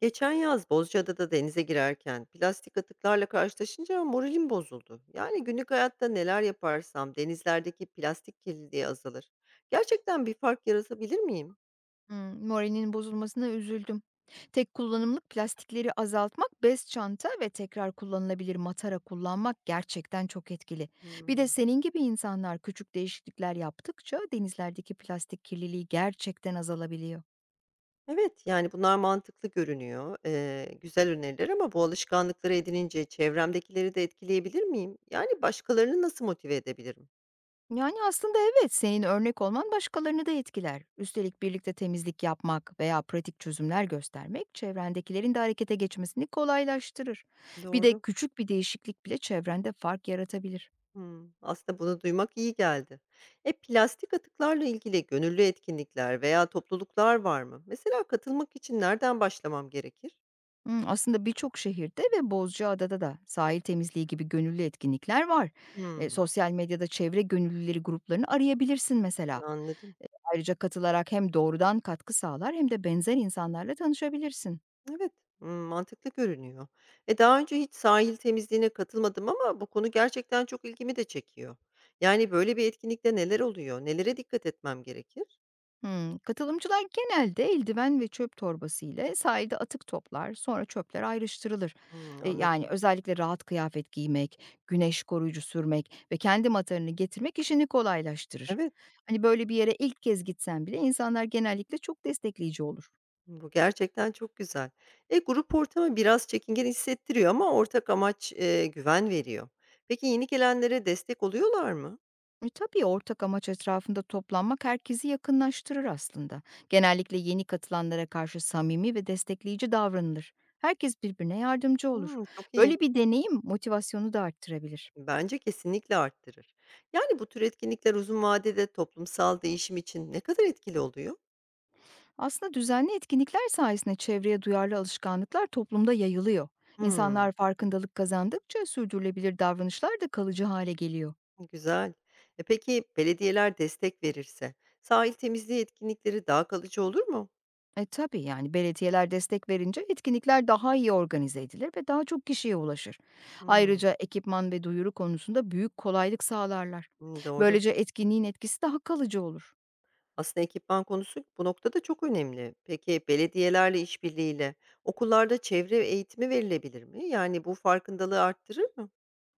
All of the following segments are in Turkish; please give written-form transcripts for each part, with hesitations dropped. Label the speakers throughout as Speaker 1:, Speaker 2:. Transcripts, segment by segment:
Speaker 1: Geçen yaz Bozcaada'da denize girerken plastik atıklarla karşılaşınca moralim bozuldu. Yani günlük hayatta neler yaparsam denizlerdeki plastik kirliliği azalır. Gerçekten bir fark yaratabilir miyim?
Speaker 2: Moralinin bozulmasına üzüldüm. Tek kullanımlık plastikleri azaltmak, bez çanta ve tekrar kullanılabilir matara kullanmak gerçekten çok etkili. Bir de
Speaker 1: Hmm.
Speaker 2: senin gibi insanlar küçük değişiklikler yaptıkça denizlerdeki plastik kirliliği gerçekten azalabiliyor.
Speaker 1: Evet, yani bunlar mantıklı görünüyor. Güzel öneriler ama bu alışkanlıkları edinince çevremdekileri de etkileyebilir miyim? Yani başkalarını nasıl motive edebilirim?
Speaker 2: Yani aslında evet, senin örnek olman başkalarını da etkiler. Üstelik birlikte temizlik yapmak veya pratik çözümler göstermek çevrendekilerin de harekete geçmesini kolaylaştırır. Bir de
Speaker 1: Doğru.
Speaker 2: küçük bir değişiklik bile çevrende fark yaratabilir.
Speaker 1: Hımm. Aslında bunu duymak iyi geldi. Plastik atıklarla ilgili gönüllü etkinlikler veya topluluklar var mı? Mesela katılmak için nereden başlamam gerekir?
Speaker 2: Aslında birçok şehirde ve Bozcaada'da da sahil temizliği gibi gönüllü etkinlikler var.
Speaker 1: Hımm.
Speaker 2: Sosyal medyada çevre gönüllüleri gruplarını arayabilirsin mesela.
Speaker 1: Anladım.
Speaker 2: Eee, Ayrıca katılarak hem doğrudan katkı sağlar hem de benzer insanlarla tanışabilirsin.
Speaker 1: Evet, hımm, mantıklı görünüyor. Daha önce hiç sahil temizliğine katılmadım ama bu konu gerçekten çok ilgimi de çekiyor. Yani böyle bir etkinlikte neler oluyor? Nelere dikkat etmem gerekir?
Speaker 2: Hımm. Katılımcılar genelde eldiven ve çöp torbası ile sahilde atık toplar, sonra çöpler ayrıştırılır.
Speaker 1: Hımm,
Speaker 2: Yani
Speaker 1: anladım.
Speaker 2: özellikle rahat kıyafet giymek, güneş koruyucu sürmek ve kendi matarını getirmek işini kolaylaştırır.
Speaker 1: Evet.
Speaker 2: Hani böyle bir yere ilk kez gitsen bile insanlar genellikle çok destekleyici olur.
Speaker 1: Bu gerçekten çok güzel. Grup ortamı biraz çekingen hissettiriyor ama ortak amaç, güven veriyor. Peki yeni gelenlere destek oluyorlar mı?
Speaker 2: Tabii ortak amaç etrafında toplanmak herkesi yakınlaştırır aslında. Genellikle yeni katılanlara karşı samimi ve destekleyici davranılır. Herkes birbirine yardımcı olur.
Speaker 1: Hımm, çok iyi.
Speaker 2: Böyle bir deneyim motivasyonu da arttırabilir.
Speaker 1: Bence kesinlikle arttırır. Yani bu tür etkinlikler uzun vadede toplumsal değişim için ne kadar etkili oluyor?
Speaker 2: Aslında düzenli etkinlikler sayesinde çevreye duyarlı alışkanlıklar toplumda yayılıyor.
Speaker 1: Hımm,
Speaker 2: İnsanlar farkındalık kazandıkça sürdürülebilir davranışlar da kalıcı hale geliyor.
Speaker 1: güzel. Peki belediyeler destek verirse sahil temizliği etkinlikleri daha kalıcı olur mu?
Speaker 2: E tabii yani belediyeler destek verince etkinlikler daha iyi organize edilir ve daha çok kişiye ulaşır.
Speaker 1: Hımm,
Speaker 2: Ayrıca ekipman ve duyuru konusunda büyük kolaylık sağlarlar.
Speaker 1: doğru.
Speaker 2: Böylece etkinliğin etkisi daha kalıcı olur.
Speaker 1: Aslında ekipman konusu bu noktada çok önemli. Peki belediyelerle işbirliğiyle okullarda çevre eğitimi verilebilir mi? Yani bu farkındalığı arttırır mı?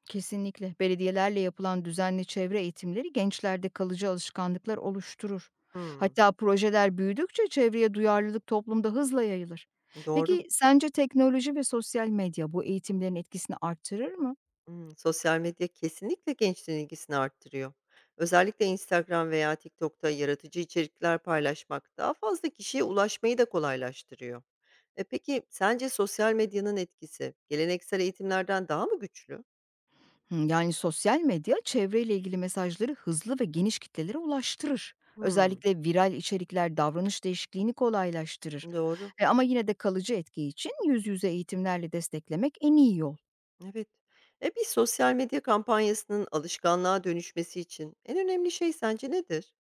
Speaker 2: Kesinlikle. Belediyelerle yapılan düzenli çevre eğitimleri gençlerde kalıcı alışkanlıklar oluşturur.
Speaker 1: Hmm,
Speaker 2: Hatta projeler büyüdükçe çevreye duyarlılık toplumda hızla yayılır.
Speaker 1: doğru.
Speaker 2: Peki sence teknoloji ve sosyal medya bu eğitimlerin etkisini arttırır mı?
Speaker 1: Hmm, sosyal medya kesinlikle gençlerin ilgisini arttırıyor. Özellikle Instagram veya TikTok'ta yaratıcı içerikler paylaşmak daha fazla kişiye ulaşmayı da kolaylaştırıyor. E peki sence sosyal medyanın etkisi geleneksel eğitimlerden daha mı güçlü?
Speaker 2: Hı, Yani sosyal medya çevreyle ilgili mesajları hızlı ve geniş kitlelere ulaştırır.
Speaker 1: Hmm,
Speaker 2: Özellikle viral içerikler davranış değişikliğini kolaylaştırır.
Speaker 1: doğru.
Speaker 2: Ama yine de kalıcı etki için yüz yüze eğitimlerle desteklemek en iyi yol.
Speaker 1: Evet. Bir sosyal medya kampanyasının alışkanlığa dönüşmesi için en önemli şey sence nedir?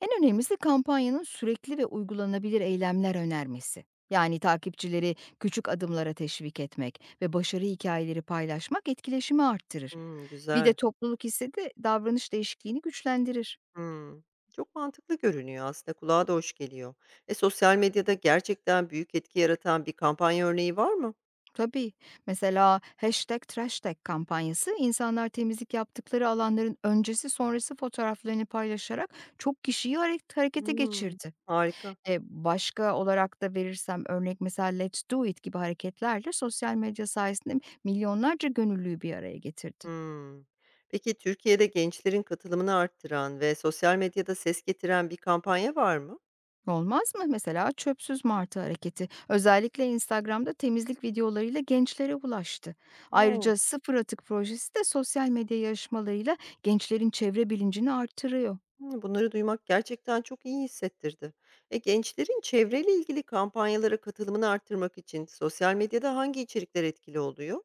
Speaker 2: En önemlisi kampanyanın sürekli ve uygulanabilir eylemler önermesi. Yani takipçileri küçük adımlara teşvik etmek ve başarı hikayeleri paylaşmak etkileşimi arttırır.
Speaker 1: Hımm,
Speaker 2: Bir de
Speaker 1: güzel.
Speaker 2: topluluk hissi de davranış değişikliğini güçlendirir.
Speaker 1: Hımm. Çok mantıklı görünüyor aslında, kulağa da hoş geliyor. Sosyal medyada gerçekten büyük etki yaratan bir kampanya örneği var mı?
Speaker 2: Tabii mesela #trashtag kampanyası insanlar temizlik yaptıkları alanların öncesi sonrası fotoğraflarını paylaşarak çok kişiyi harekete
Speaker 1: Hımm,
Speaker 2: geçirdi.
Speaker 1: harika.
Speaker 2: Başka olarak da verirsem örnek mesela Let's Do It gibi hareketlerle sosyal medya sayesinde milyonlarca gönüllüyü bir araya getirdi.
Speaker 1: Hımm. Peki Türkiye'de gençlerin katılımını arttıran ve sosyal medyada ses getiren bir kampanya var mı?
Speaker 2: Olmaz mı? Mesela çöpsüz martı hareketi özellikle Instagram'da temizlik videolarıyla gençlere ulaştı.
Speaker 1: Oo.
Speaker 2: Ayrıca sıfır atık projesi de sosyal medya yarışmalarıyla gençlerin çevre bilincini artırıyor.
Speaker 1: Hımm, bunları duymak gerçekten çok iyi hissettirdi. Gençlerin çevreyle ilgili kampanyalara katılımını arttırmak için sosyal medyada hangi içerikler etkili oluyor?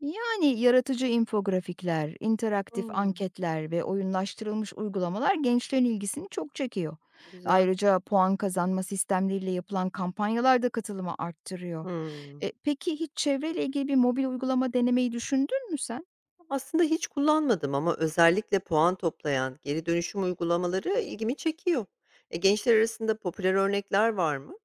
Speaker 2: Yani yaratıcı infografikler, interaktif
Speaker 1: Hımm,
Speaker 2: anketler ve oyunlaştırılmış uygulamalar gençlerin ilgisini çok çekiyor.
Speaker 1: güzel.
Speaker 2: Ayrıca puan kazanma sistemleriyle yapılan kampanyalar da katılımı arttırıyor.
Speaker 1: Hımm.
Speaker 2: Peki hiç çevreyle ilgili bir mobil uygulama denemeyi düşündün mü sen?
Speaker 1: Aslında hiç kullanmadım ama özellikle puan toplayan geri dönüşüm uygulamaları ilgimi çekiyor. Gençler arasında popüler örnekler var mı?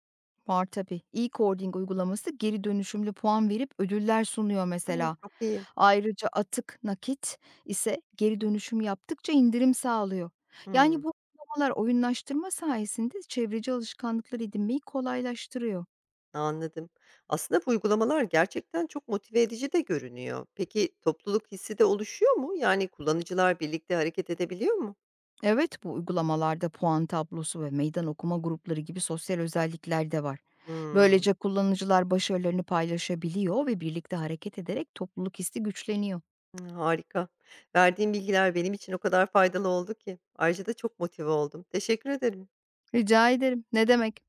Speaker 2: Var tabii. E-Coding uygulaması geri dönüşümlü puan verip ödüller sunuyor
Speaker 1: Hımm,
Speaker 2: mesela.
Speaker 1: çok iyi.
Speaker 2: Ayrıca atık nakit ise geri dönüşüm yaptıkça indirim sağlıyor. Yani
Speaker 1: Hımm.
Speaker 2: bu uygulamalar oyunlaştırma sayesinde çevreci alışkanlıklar edinmeyi kolaylaştırıyor.
Speaker 1: Anladım. Aslında bu uygulamalar gerçekten çok motive edici de görünüyor. Peki topluluk hissi de oluşuyor mu? Yani kullanıcılar birlikte hareket edebiliyor mu?
Speaker 2: Evet, bu uygulamalarda puan tablosu ve meydan okuma grupları gibi sosyal özellikler de var.
Speaker 1: Hmm,
Speaker 2: Böylece kullanıcılar başarılarını paylaşabiliyor ve birlikte hareket ederek topluluk hissi güçleniyor.
Speaker 1: harika. Verdiğin bilgiler benim için o kadar faydalı oldu ki. Ayrıca da çok motive oldum. Teşekkür ederim.
Speaker 2: Rica ederim. Ne demek?